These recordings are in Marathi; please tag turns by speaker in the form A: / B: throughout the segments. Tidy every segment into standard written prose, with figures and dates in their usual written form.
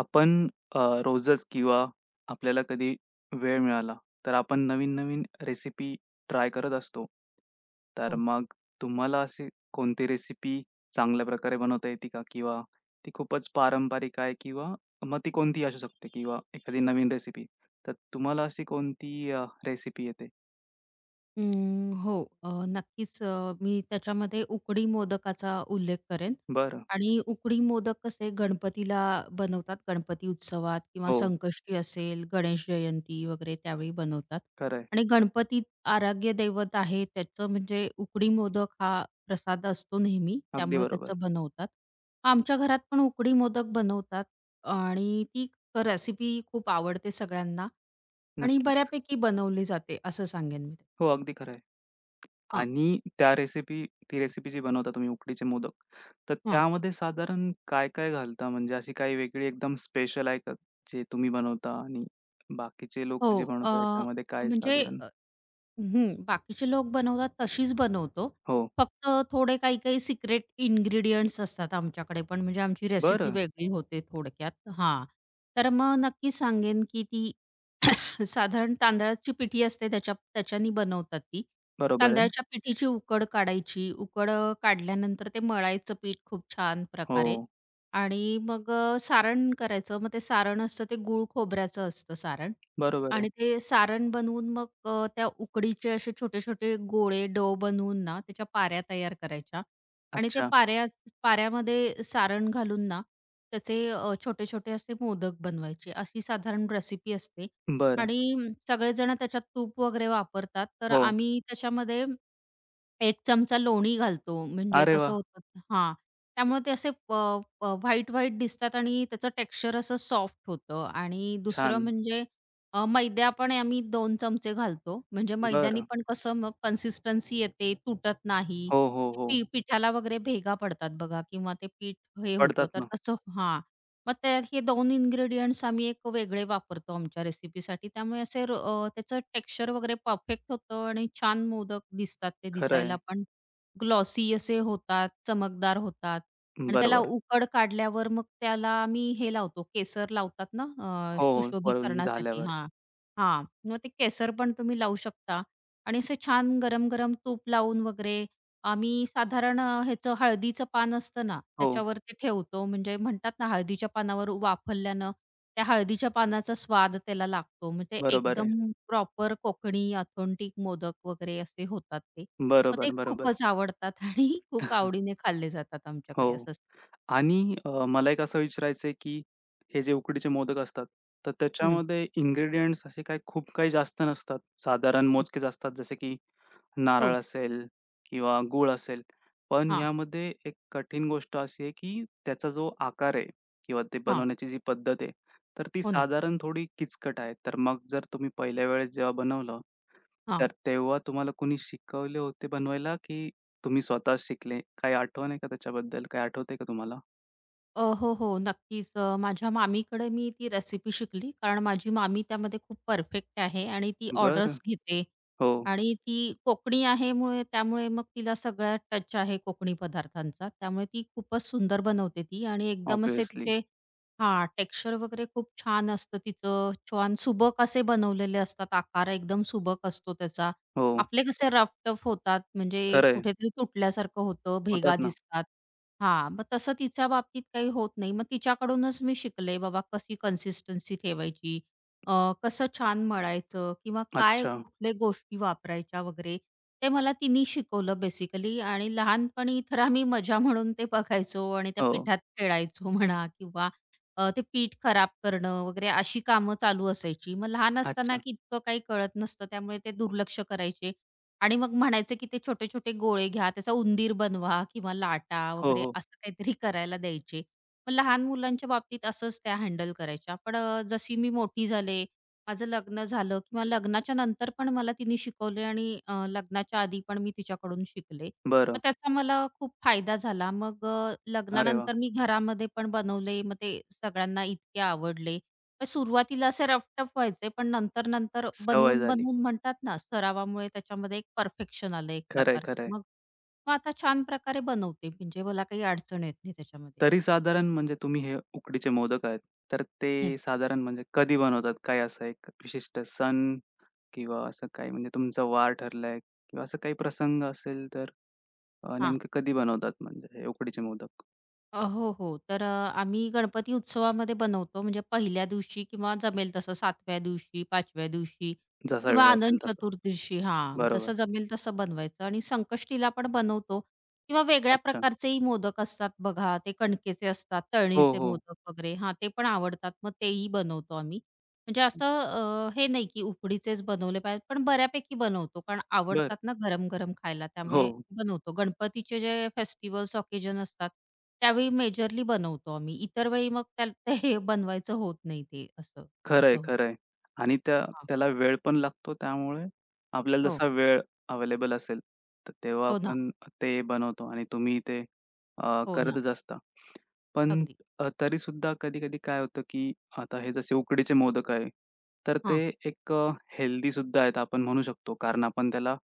A: आपण अ, रोजच किंवा आपल्याला कधी वेळ मिळाला, तर आपण नवीन-नवीन रेसिपी ट्राय करत असतो. तर
B: हो.
A: मग तुम्हाला अशी कोणती रेसिपी चांगल्या प्रकारे बनवता येते का? किंवा ती खूपच पारंपरिक आहे किंवा मग ती कोणतीही असू शकते किंवा एखादी नवीन रेसिपी. तर तुम्हाला अशी कोणती रेसिपी येते?
B: हो. नक्कीच मी त्याच्यामध्ये उकडी मोदकाचा उल्लेख करेन
A: बरं.
B: आणि उकडी मोदक कसे गणपतीला बनवतात, गणपती उत्सवात किंवा
A: हो,
B: संकष्टी असेल, गणेश जयंती वगैरे त्यावेळी बनवतात
A: खरं.
B: आणि गणपती आराध्य दैवत आहे, त्याचं म्हणजे उकडी मोदक हा प्रसाद असतो नेहमी,
A: अगदी
B: त्यामुळे
A: बरोबर.
B: त्याचं बनवतात. आमच्या घरात पण उकडी मोदक बनवतात आणि ती रेसिपी खूप आवडते सगळ्यांना आणि
A: नक्कीच.
B: बऱ्यापैकी बनवली जाते, असं सांगेन मी.
A: हो, अगदी खरं.
B: हां,
A: आणि त्या रेसिपी ती रेसिपी जी बनवता तुम्ही उकडीचे मोदक, तर
B: हां.
A: त्यामध्ये साधारण काय-काय घालता? म्हणजे अशी काही वेगळी एकदम स्पेशल आहे का, जे तुम्ही बनवता आणि बाकीचे
B: हो.
A: लोकं जे बनवतात
B: अ,
A: याच्यामध्ये काय
B: म्हणजे
A: साधारण?
B: अ, हं, बाकीचे लोक बनवतात तशीच बनवतो.
A: हो.
B: फक्त थोडे काही-काही सिक्रेट इन्ग्रीडियंट्स असतात आमच्याकडे पण म्हणजे आमची रेसिपी
A: बरं.
B: वेगळी होते थोडक्यात हां. तर मग नक्कीच सांगेन की ती साधारण तांदळाची पिठी असते त्याच्या त्याच्यानी बनवतात ती.
A: बरोबर आहे.
B: तांदळाच्या पिठीची उकड काढायची. उकड काढल्यानंतर ते मळायचं पीठ खूप छान
A: हो.
B: प्रकारे. आणि मग सारण करायचं. मग ते सारण असतं ते गूळ खोबऱ्याचं असतं सारण.
A: बरोबर
B: आणि
A: आहे.
B: ते सारण बनवून मग त्या उकडीचे असे छोटे-छोटे गोळे बनवून ना, त्याच्या पाऱ्या तयार करायच्या आणि त्या
A: अच्छा.
B: पाऱ्यामध्ये सारण घालून ना, त्याचे छोटे-छोटे असे मोदक बनवायचे. अशी साधारण रेसिपी असते.
A: बरं.
B: आणि सगळेजण त्याच्यात तूप वगैरे वापरतात. तर
A: हो.
B: आम्ही त्याच्यामध्ये एक चमचा लोणी घालतो. म्हणजे
A: अरे
B: कसं
A: वाह!
B: होतं हां. त्यामुळे ते असे प प व्हाईट-व्हाईट दिसतात आणि त्याचं टेक्स्चर असं सॉफ्ट होतं आणि दुसरं
A: छान.
B: म्हणजे मैदा पण आम्ही 2 चमचे घालतो. म्हणजे मैद्यानी
A: बरं.
B: पण कसं मग कन्सिस्टन्सी येते, तुटत नाही.
A: हो, हो, हो.
B: पिठाला वगैरे भेगा पडतात बघा किंवा ते पीठ हे होतं
A: पडतात
B: तर
A: ना.
B: तसं हां. मग त्या हे 2 इन्ग्रीडियंट्स आम्ही एक वेगळे वापरतो आमच्या रेसिपीसाठी. त्यामुळे असे त्याचं टेक्स्चर वगैरे परफेक्ट होतं आणि छान मोदक दिसतात ते
A: खरं
B: दिसायला
A: आहे.
B: पण. ग्लॉसी असे होतात, चमकदार होतात आणि त्याला
A: बरोबर.
B: उकड काढल्यावर मग त्याला आम्ही हे लावतो, केसर लावतात ना,
A: हो, हो. वरून
B: सुशोभीकरणासाठी.
A: झाल्यावर.
B: हां. हां. मग ते केसर पण तुम्ही लावू शकता आणि असे छान गरम-गरम तूप लावून वगैरे. आम्ही साधारण ह्याचं हळदीचं पान असतं ना,
A: हो.
B: त्याच्यावर ते ठेवतो. म्हणजे म्हणतात ना, हळदीच्या पानावर वाफरल्यानं त्या हळदीच्या पानाचा स्वाद त्याला लागतो. मग ते
A: बरोबर आहे.
B: एकदम प्रॉपर कोकणी ऑथेंटिक मोदक वगैरे असे होतात ते. मग ते
A: बरोबर, बरोबर.
B: खूपच आवडतात आणि खूप आवडीने खाल्ले जातात आमच्याकडे
A: हो.
B: असं असतं.
A: आणि मला एक असं विचारायचं आहे, की हे जे उकडीचे मोदक असतात, तर
B: हं,
A: त्याच्यामध्ये इन्ग्रीडियंट्स असे काही खूप काही जास्त नसतात. साधारण
B: हं.
A: मोजकेच असतात, जसे की नारळ
B: हो.
A: असेल किंवा गूळ असेल. पण
B: हां,
A: यामध्ये एक कठीण गोष्ट अशी आहे, की त्याचा जो आकार आहे किंवा ते
B: हां.
A: बनवण्याची जी पद्धत आहे, तर ती
B: हो ना.
A: साधारण थोडी किचकट आहे. तर मग जर तुम्ही पहिल्या वेळेस जेव्हा बनवलं, तर तेव्हा तुम्हाला कोणी शिकवले होते बनवायला, की तुम्ही स्वतः शिकले? काही आठवण आहे का त्याच्याबद्दल? काही आठवतंय का तुम्हाला?
B: हो, हो. नक्कीच. माझ्या मामीकडे मी ती रेसिपी शिकली. कारण माझी मामी त्यामध्ये खूप परफेक्ट आहे आणि ती
A: बरं.
B: ऑर्डर्स घेते
A: हो,
B: आणि ती कोकणी आहे मुळे त्यामुळे मग तिला सगळा टच आहे कोकणी पदार्थांचा. त्यामुळे ती खूपच सुंदर बनवते ती आणि एकदम असे
A: ऑब्व्हियसली.
B: तिचे हां, टेक्स्चर वगैरे खूप छान असतं तिचं. छान सुबक असे बनवलेले असतात. आकार एकदम सुबक असतो त्याचा.
A: हो,
B: आपले कसे रफ टफ होतात म्हणजे
A: खरंय.
B: कुठेतरी तुटल्यासारखं होतं, भेगा
A: होतात ना.
B: दिसतात. हां, मग तसं तिच्या बाबतीत काही होत नाही. मग तिच्याकडूनच मी शिकले बाबा कशी कन्सिस्टन्सी ठेवायची, कसं छान मळायचं किंवा काय
A: अच्छा.
B: कुठल्या गोष्टी वापरायच्या वगैरे, ते मला तिनी शिकवलं बेसिकली. आणि लहानपणी तर आम्ही मजा म्हणून ते बघायचो आणि त्या
A: हो.
B: पिठात खेळायचो म्हणा किंवा ते पीठ खराब करणं वगैरे अशी कामं चालू असायची. मग लहान असताना
A: अच्छा.
B: की इतकं काही कळत नसतं त्यामुळे ते दुर्लक्ष करायचे आणि मग म्हणायचे, की ते छोटे-छोटे गोळे घ्या, त्याचा उंदीर बनवा किंवा लाटा
A: हो,
B: वगैरे
A: हो.
B: असं काहीतरी करायला द्यायचे. मग लहान मुलांच्या बाबतीत असंच त्या हँडल करायच्या. पण जशी मी मोठी झाले, माझं लग्न झालं किंवा लग्नाच्या नंतर पण मला तिने शिकवले आणि लग्नाच्या आधी पण मी तिच्याकडून शिकले. मग
A: बरं.
B: त्याचा मला खूप फायदा झाला. मग
A: अरे वाह!
B: लग्नानंतर मी घरामध्ये पण बनवले. मग ते सगळ्यांना इतके आवडले. मग सुरुवातीला असे रफ-टफ व्हायचे, पण नंतर-नंतर
A: सवय झाली.
B: बनवून-बनवून म्हणतात ना, सरावामुळे त्याच्यामध्ये एक परफेक्शन आलं एक
A: खरंय,
B: प्रकारचं.
A: खरंय.
B: मग मग आता छान प्रकारे बनवते, म्हणजे मला काही अडचण येत नाही त्याच्यामध्ये.
A: तरी साधारण म्हणजे तुम्ही हे उकडीचे मोदक आहेत, तर
B: हं.
A: ते साधारण म्हणजे कधी बनवतात? काही असं एक विशिष्ट सण किंवा असं काही म्हणजे तुमचा वार ठरलाय किंवा असं काही प्रसंग असेल तर
B: हां.
A: नेमकं कधी बनवतात म्हणजे हे उकडीचे मोदक?
B: हो, हो. तर आम्ही गणपती उत्सवामध्ये बनवतो म्हणजे पहिल्या दिवशी किंवा जमेल तसं 7व्या दिवशी, 5व्या दिवशी
A: जसा
B: किंवा
A: वेळ
B: आनंद
A: असेल तसा.
B: चतुर्दशी हां,
A: बरोबर.
B: जसं जमेल तसं बनवायचं आणि संकष्टीला पण बनवतो. किंवा वेगळ्या
A: अच्छा.
B: प्रकारचेही मोदक असतात बघा, ते कणकेचे असतात,
A: हो,
B: तळणीचे
A: हो.
B: मोदक वगैरे हां, ते पण आवडतात. मग तेही बनवतो आम्ही. म्हणजे असं हे नाही की उकडीचेच बनवले पाहिजेत, पण बऱ्यापैकी बनवतो. कारण आवडतात
A: बरं.
B: ना गरम-गरम खायला,
A: हो.
B: त्यामुळे बनवतो. गणपतीचे जे फेस्टिव्हल्स ऑकेजन असतात, त्यावेळी मेजरली बनवतो आम्ही. इतर वेळी मग त्या ते हे बनवायचं होत नाही ते असं,
A: खरंय,
B: असं होतं.
A: खरंय. आणि त्या
B: हां.
A: त्याला वेळ पण लागतो त्यामुळे आपल्याला
B: हो.
A: जसा वेळ अवेलेबल असेल, तर तेव्हा
B: हो ना.
A: आपण ते बनवतो आणि तुम्ही ते
B: हो ना.
A: करतच असता. पण
B: अगदी.
A: तरीसुद्धा कधी-कधी काय होतं, की आता हे जसे उकडीचे मोदक आहे, तर ते
B: हां.
A: एक हेल्दीसुद्धा आहेत आपण म्हणू शकतो कारण आपण त्याला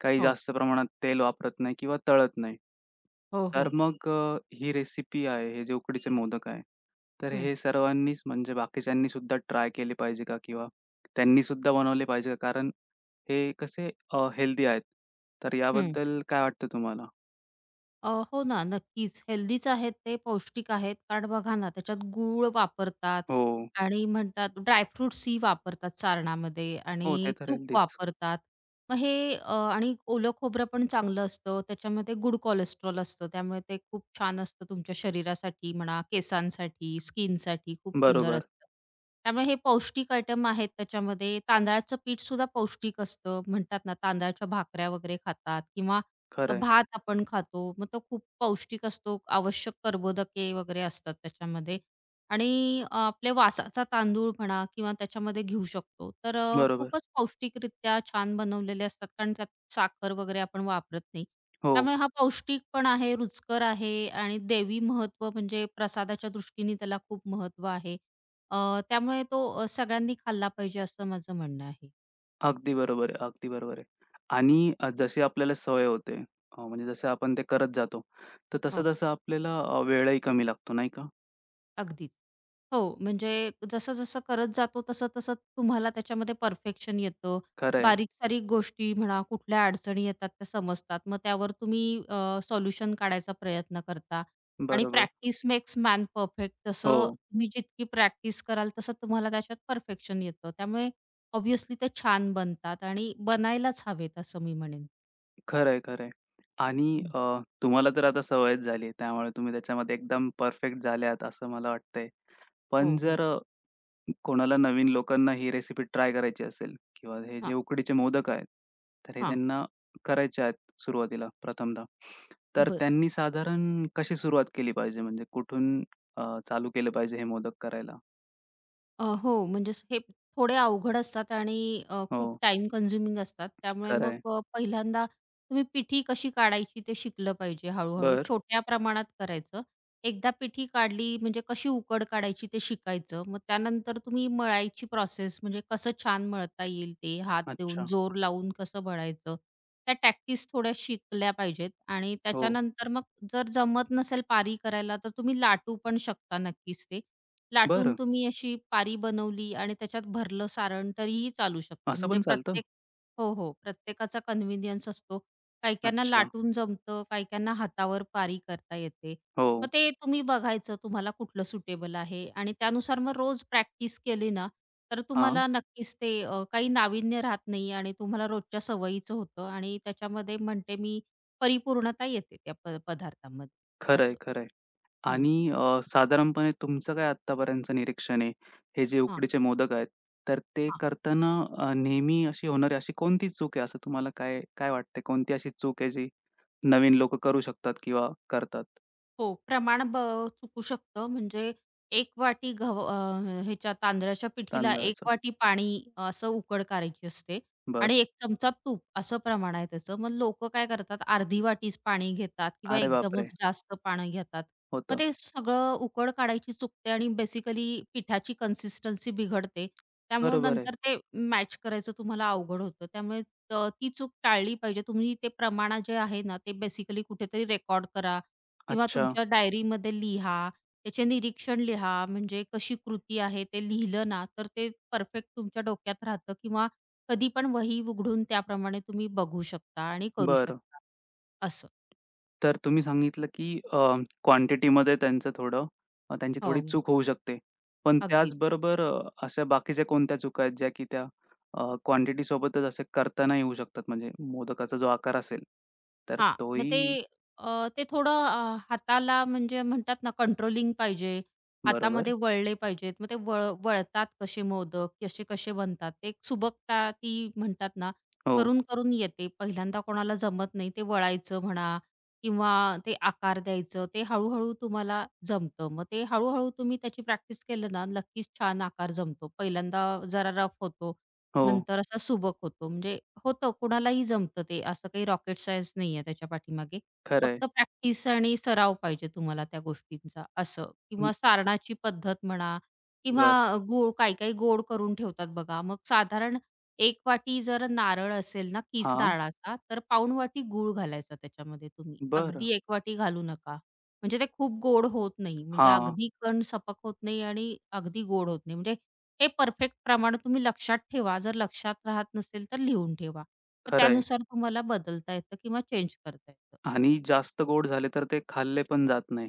A: काही
B: हो.
A: जास्त प्रमाणात तेल वापरत नाही किंवा तळत नाही.
B: हो,
A: तर
B: हो.
A: मग ही रेसिपी आहे, हे जे उकडीचे मोदक आहे. तर
B: हं.
A: हे सर्वांनीच म्हणजे बाकीच्यांनी सुद्धा ट्राय केले पाहिजे का? किंवा त्यांनी सुद्धा बनवले पाहिजे का? कारण हे कसे हेल्दी आहेत. तर
B: हं.
A: याबद्दल काय वाटतं तुम्हाला?
B: हो ना, नक्कीच. हेल्दीच आहेत ते, पौष्टिक आहेत. कारण बघा ना, त्याच्यात गूळ वापरतात
A: हो.
B: आणि म्हणतात ड्रायफ्रुट्सही वापरतात सारणामध्ये
A: हो,
B: आणि
A: ते तर
B: तूप
A: हेल्दीच.
B: वापरतात. मग हे आणि ओलं खोबरं पण चांगलं असतं. त्याच्यामध्ये गुड कोलेस्ट्रॉल असतं. त्यामुळे ते खूप छान असतं तुमच्या शरीरासाठी म्हणा, केसांसाठी, स्किनसाठी खूप सुंदर
A: बरोबर.
B: असतं. त्यामुळे हे पौष्टिक आयटम आहेत त्याच्यामध्ये. तांदळाचं पीठसुद्धा पौष्टिक असतं. म्हणतात ना, तांदळाच्या भाकऱ्या वगैरे खातात किंवा
A: खरं.
B: भात आपण खातो, मग तो खूप पौष्टिक असतो, आवश्यक कर्बोदके वगैरे असतात त्याच्यामध्ये. आणि आपले वासाचा तांदूळ म्हणा किंवा त्याच्यामध्ये घेऊ शकतो. तर
A: बरोबर.
B: खूपच पौष्टिकरित्या छान बनवलेले असतात, कारण त्यात साखर वगैरे आपण वापरत नाही.
A: हो.
B: त्यामुळे हा पौष्टिक पण आहे, रुचकर आहे आणि देवी महत्त्व म्हणजे प्रसादाच्या दृष्टीने त्याला खूप महत्त्व आहे. त्यामुळे तो सगळ्यांनी खाल्ला पाहिजे असं माझं म्हणणं आहे.
A: अगदी बरोबर आहे, अगदी बरोबर आहे. आणि जशी आपल्याला सवय होते म्हणजे जसं आपण ते करत जातो, तर
B: हो,
A: तसं-तसं आपल्याला वेळही कमी लागतो, नाही का?
B: अगदीच. हो, म्हणजे जसं-जसं करत जातो तसं-तसं तुम्हाला त्याच्यामध्ये परफेक्शन येतं.
A: खरं.
B: बारीक-सारीक गोष्टी म्हणा, कुठल्या अडचणी येतात त्या समजतात. मग त्यावर तुम्ही सोल्युशन काढायचा प्रयत्न करता आणि
A: बरोबर.
B: प्रॅक्टिस मेक्स मॅन परफेक्ट तसं
A: हो,
B: तुम्ही जितकी प्रॅक्टिस कराल तसं तुम्हाला त्याच्यात परफेक्शन येतं. त्यामुळे ऑब्व्हियसली ते छान बनतात आणि बनायलाच हवेत असं मी म्हणेन.
A: खरं आहे, खरं आहे. आणि
B: हं.
A: अ, तुम्हाला तर आता सवयच झाली त्यामुळे तुम्ही त्याच्यामध्ये एकदम परफेक्ट झाले असं मला वाटतंय.
B: हो,
A: पण
B: हो.
A: जर कोणाला नवीन लोकांना ही रेसिपी ट्राय करायची असेल किंवा हे जे
B: हां,
A: उकडीचे मोदक आहेत, तर हे
B: हां.
A: त्यांना करायचे आहेत सुरुवातीला प्रथमतः. तर
B: बरं.
A: त्यांनी साधारण कशी सुरुवात केली पाहिजे म्हणजे कुठून अ, चालू केलं पाहिजे हे मोदक करायला?
B: हो, म्हणजे हे थोडे अवघड असतात आणि खूप
A: हो,
B: टाईम कन्झ्युमिंग असतात. त्यामुळे
A: खरं
B: मग
A: आहे.
B: पहिल्यांदा तुम्ही पिठी कशी काढायची ते शिकलं पाहिजे हळू-हळू.
A: बरं.
B: छोट्या प्रमाणात करायचं. एकदा पिठी काढली म्हणजे कशी उकड काढायची ते शिकायचं. मग त्यानंतर तुम्ही मळायची प्रोसेस म्हणजे कसं छान मळता येईल ते हात देऊन,
A: अच्छा.
B: जोर लावून कसं मळायचं. त्या टॅक्टिस थोड्या शिकल्या पाहिजेत आणि
A: हो.
B: त्याच्यानंतर मग जर जमत नसेल पारी करायला, तर तुम्ही लाटू पण शकता नक्कीच ते. लाटून
A: बरं.
B: तुम्ही अशी पारी बनवली आणि त्याच्यात भरलं सारण तरीही चालू शकतं.
A: असं
B: म्हणजे
A: पण चालतं?
B: प्रत्येक. हो, हो. प्रत्येकाचा कन्व्हिनियन्स असतो. काही-काहींना
A: अच्छा.
B: लाटून जमतं, काही-काहींना हातावर पारी करता येते.
A: हो.
B: मग ते तुम्ही बघायचं तुम्हाला कुठलं सुटेबल आहे आणि त्यानुसार मग रोज प्रॅक्टिस केली ना, तर
A: हां.
B: तुम्हाला नक्कीच ते काही नाविन्य राहत नाही आणि तुम्हाला रोजच्या सवयीचं होतं आणि त्याच्यामध्ये म्हणते मी परिपूर्णता येते त्या पदार्थामध्ये
A: खरं आहे,
B: असं.
A: खरं आहे.
B: हं.
A: आणि साधारणपणे तुमचं काय आत्तापर्यंतचं निरीक्षण आहे? हे जे
B: हां,
A: उकडीचे मोदक आहेत, तर ते करताना नेहमी अशी होणारी अशी कोणती चूक आहे? असं तुम्हाला काय काय वाटते? कोणती अशी चूक आहे जी नवीन लोक करू शकतात किंवा करतात?
B: हो, प्रमाण चुकू शकतं. म्हणजे 1 वाटी ह्याच्या तांदळाच्या पिठीला 1
A: तांदळाचं?
B: वाटी पाणी असं उकड करायची असते आणि
A: बरं.
B: एक चमचा तूप असं प्रमाण आहे त्याचं. मग लोक काय करतात अर्धी वाटीच पाणी घेतात किंवा
A: अरे
B: एकदमच
A: बापरे!
B: जास्त पाणी घेतात. मग
A: होतं.
B: ते सगळं उकड काढायची चुकते आणि बेसिकली पिठाची कन्सिस्टन्सी बिघडते. त्यामुळे
A: बरोबर आहे.
B: नंतर ते मॅच करायचं तुम्हाला अवघड होतं. त्यामुळे ती चूक टाळली पाहिजे. तुम्ही ते प्रमाण जे आहे ना, ते बेसिकली कुठेतरी रेकॉर्ड करा किंवा
A: अच्छा.
B: तुमच्या डायरीमध्ये लिहा, त्याचे निरीक्षण लिहा, म्हणजे कशी कृती आहे ते लिहिलं ना, तर ते परफेक्ट तुमच्या डोक्यात राहतं किंवा कधी पण वही उघडून त्याप्रमाणे तुम्ही बघू शकता आणि करू
A: बरं.
B: शकता. असं.
A: तर तुम्ही सांगितलं की क्वांटिटीमध्ये त्यांचं थोडं त्यांची थोडी
B: हो,
A: चूक होऊ शकते. पण
B: अगदीच.
A: त्याचबरोबर अशा बाकीच्या कोणत्या चुका आहेत ज्या की त्या क्वांटिटीसोबतच असे करता नाही येऊ शकतात? म्हणजे मोदकाचा जो आकार असेल, तर
B: हां, मग ते
A: तोही
B: अ, ते थोडं हाताला म्हणजे म्हणतात ना कंट्रोलिंग पाहिजे. हातामध्ये
A: बरोबर.
B: वळले पाहिजेत. मग ते वळतात कसे मोदक, कसे-कसे बनतात. ते एक सुबकता ती म्हणतात ना,
A: हो,
B: करून-करून येते. पहिल्यांदा कोणाला जमत नाही ते वळायचं म्हणा किंवा ते आकार द्यायचं. ते हळू-हळू तुम्हाला जमतं. मग ते हळू तुम्ही त्याची प्रॅक्टिस केलं ना, नक्कीच छान आकार जमतो. पहिल्यांदा जरा रफ होतो.
A: हो.
B: नंतर असा सुबक होतो. म्हणजे होतं कोणालाही जमतं ते. असं काही रॉकेट सायन्स नाहीये त्याच्या पाठीमागे.
A: खरं.
B: फक्त प्रॅक्टिस आणि सराव पाहिजे तुम्हाला त्या गोष्टींचा असं.
A: हं,
B: किंवा सारणाची पद्धत म्हणा किंवा
A: बरं.
B: गूळ काही-काही गोड करून ठेवतात बघा. मग साधारण 1 वाटी जर नारळ असेल ना किस
A: हां,
B: नारळाचा, तर पाऊण वाटी गूळ घालायचा त्याच्यामध्ये तुम्ही.
A: बरं.
B: अगदी 1 वाटी घालू नका. म्हणजे ते खूप गोड होत नाही. म्हणजे
A: हां,
B: अगदी कण सपक होत नाही आणि अगदी गोड होत नाही. म्हणजे हे परफेक्ट प्रमाण तुम्ही लक्षात ठेवा. जर लक्षात राहत नसेल, तर लिहून ठेवा. मग
A: खरं.
B: त्यानुसार तुम्हाला बदलता येतं किंवा चेंज करता येतं असं.
A: आणि जास्त गोड झाले तर ते खाल्ले पण जात नाही.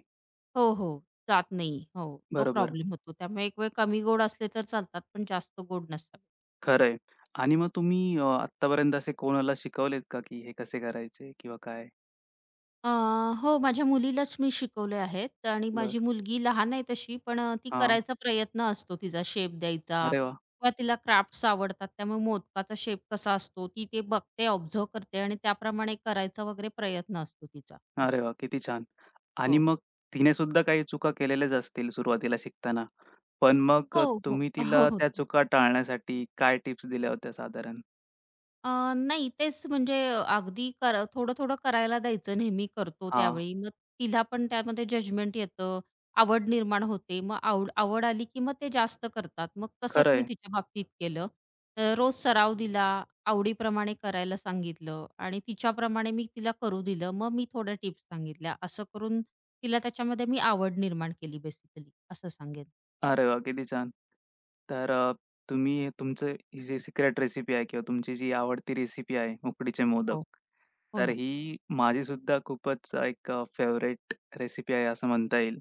B: हो, हो. जात नाही. हो, तो
A: बरोबर.
B: प्रॉब्लेम होतो. त्यामुळे एक वेळ कमी गोड असले तर चालतात, पण जास्त गोड नसावे.
A: खरं. आणि मग तुम्ही आत्तापर्यंत असे कोणाला शिकवलेत का की हे कसे करायचे किंवा काय?
B: अ, हो, माझ्या मुलीलाच मी शिकवले आहेत आणि
A: बरं.
B: माझी मुलगी लहान आहे तशी, पण ती
A: हां.
B: करायचा प्रयत्न असतो तिचा शेप द्यायचा
A: अरे वाह!
B: किंवा तिला क्राफ्ट्स आवडतात. त्यामुळे मोदकाचा शेप कसा असतो, ती ते बघते, ऑब्झर्व्ह करते आणि त्याप्रमाणे करायचा वगैरे प्रयत्न असतो तिचा
A: अरे
B: असं.
A: वाह! किती छान. आणि
B: हो.
A: मग तिने सुद्धा काही चुका केलेल्याच असतील सुरुवातीला शिकताना. पण मग
B: हो, हो.
A: तुम्ही
B: हो,
A: तिला त्या
B: होती.
A: चुका टाळण्यासाठी काय टिप्स दिल्या होत्या साधारण?
B: अ, नाही तेच म्हणजे अगदी थोडं-थोडं करायला द्यायचं नेहमी करतो
A: हां,
B: त्यावेळी. मग तिला पण त्यामध्ये जजमेंट येतं, आवड निर्माण होते. मग आवड आवड आली की मग ते जास्त करतात. मग तसंच
A: खरं
B: मी
A: आहे.
B: तिच्या बाबतीत केलं. रोज सराव दिला, आवडीप्रमाणे करायला सांगितलं आणि तिच्याप्रमाणे मी तिला करू दिलं. मग मी थोड्या टिप्स सांगितल्या. असं करून तिला त्याच्यामध्ये मी आवड निर्माण केली बेसिकली असं सांगेन.
A: अरे वाह! किती छान. तर तुम्ही तुमचं ही जी सिक्रेट रेसिपी आहे किंवा तुमची जी आवडती रेसिपी आहे उकडीचे मोदक,
B: हो, हो
A: तर
B: ना.
A: ही माझी खूपच एक फेव्हरेट रेसिपी आहे असं म्हणता येईल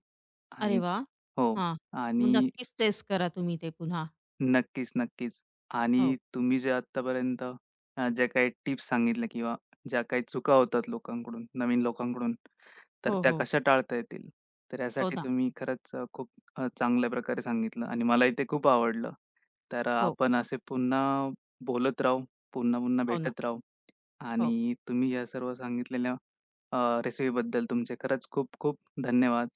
A: आणि
B: अरे वा,
A: हो.
B: हां. मग
A: आणि
B: नक्कीच टेस्ट करा तुम्ही ते पुन्हा.
A: नक्कीच, नक्कीच.
B: हो,
A: आणि तुम्ही जे आत्तापर्यंत ज्या काही टिप्स सांगितल्या किंवा ज्या काही चुका होतात लोकांकडून, नवीन लोकांकडून, तर
B: हो,
A: त्या
B: हो.
A: कशा टाळता येतील? तर
B: हो
A: यासाठी
B: ना.
A: तुम्ही खरंच खूप चांगल्या प्रकारे सांगितलं आणि मलाही ते खूप आवडलं. तर
B: हो,
A: आपण असे पुन्हा बोलत राहू, पुन्हा-पुन्हा
B: हो ना.
A: भेटत राहू
B: हो,
A: आणि तुम्ही या सर्व सांगितलेल्या रेसिपीबद्दल तुमचे खरंच खूप खूप धन्यवाद.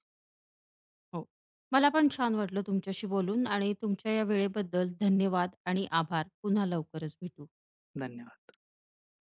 B: हो. मला पण छान वाटलं तुमच्याशी बोलून आणि तुमच्या या वेळेबद्दल धन्यवाद आणि आभार. पुन्हा लवकरच भेटू.
A: धन्यवाद.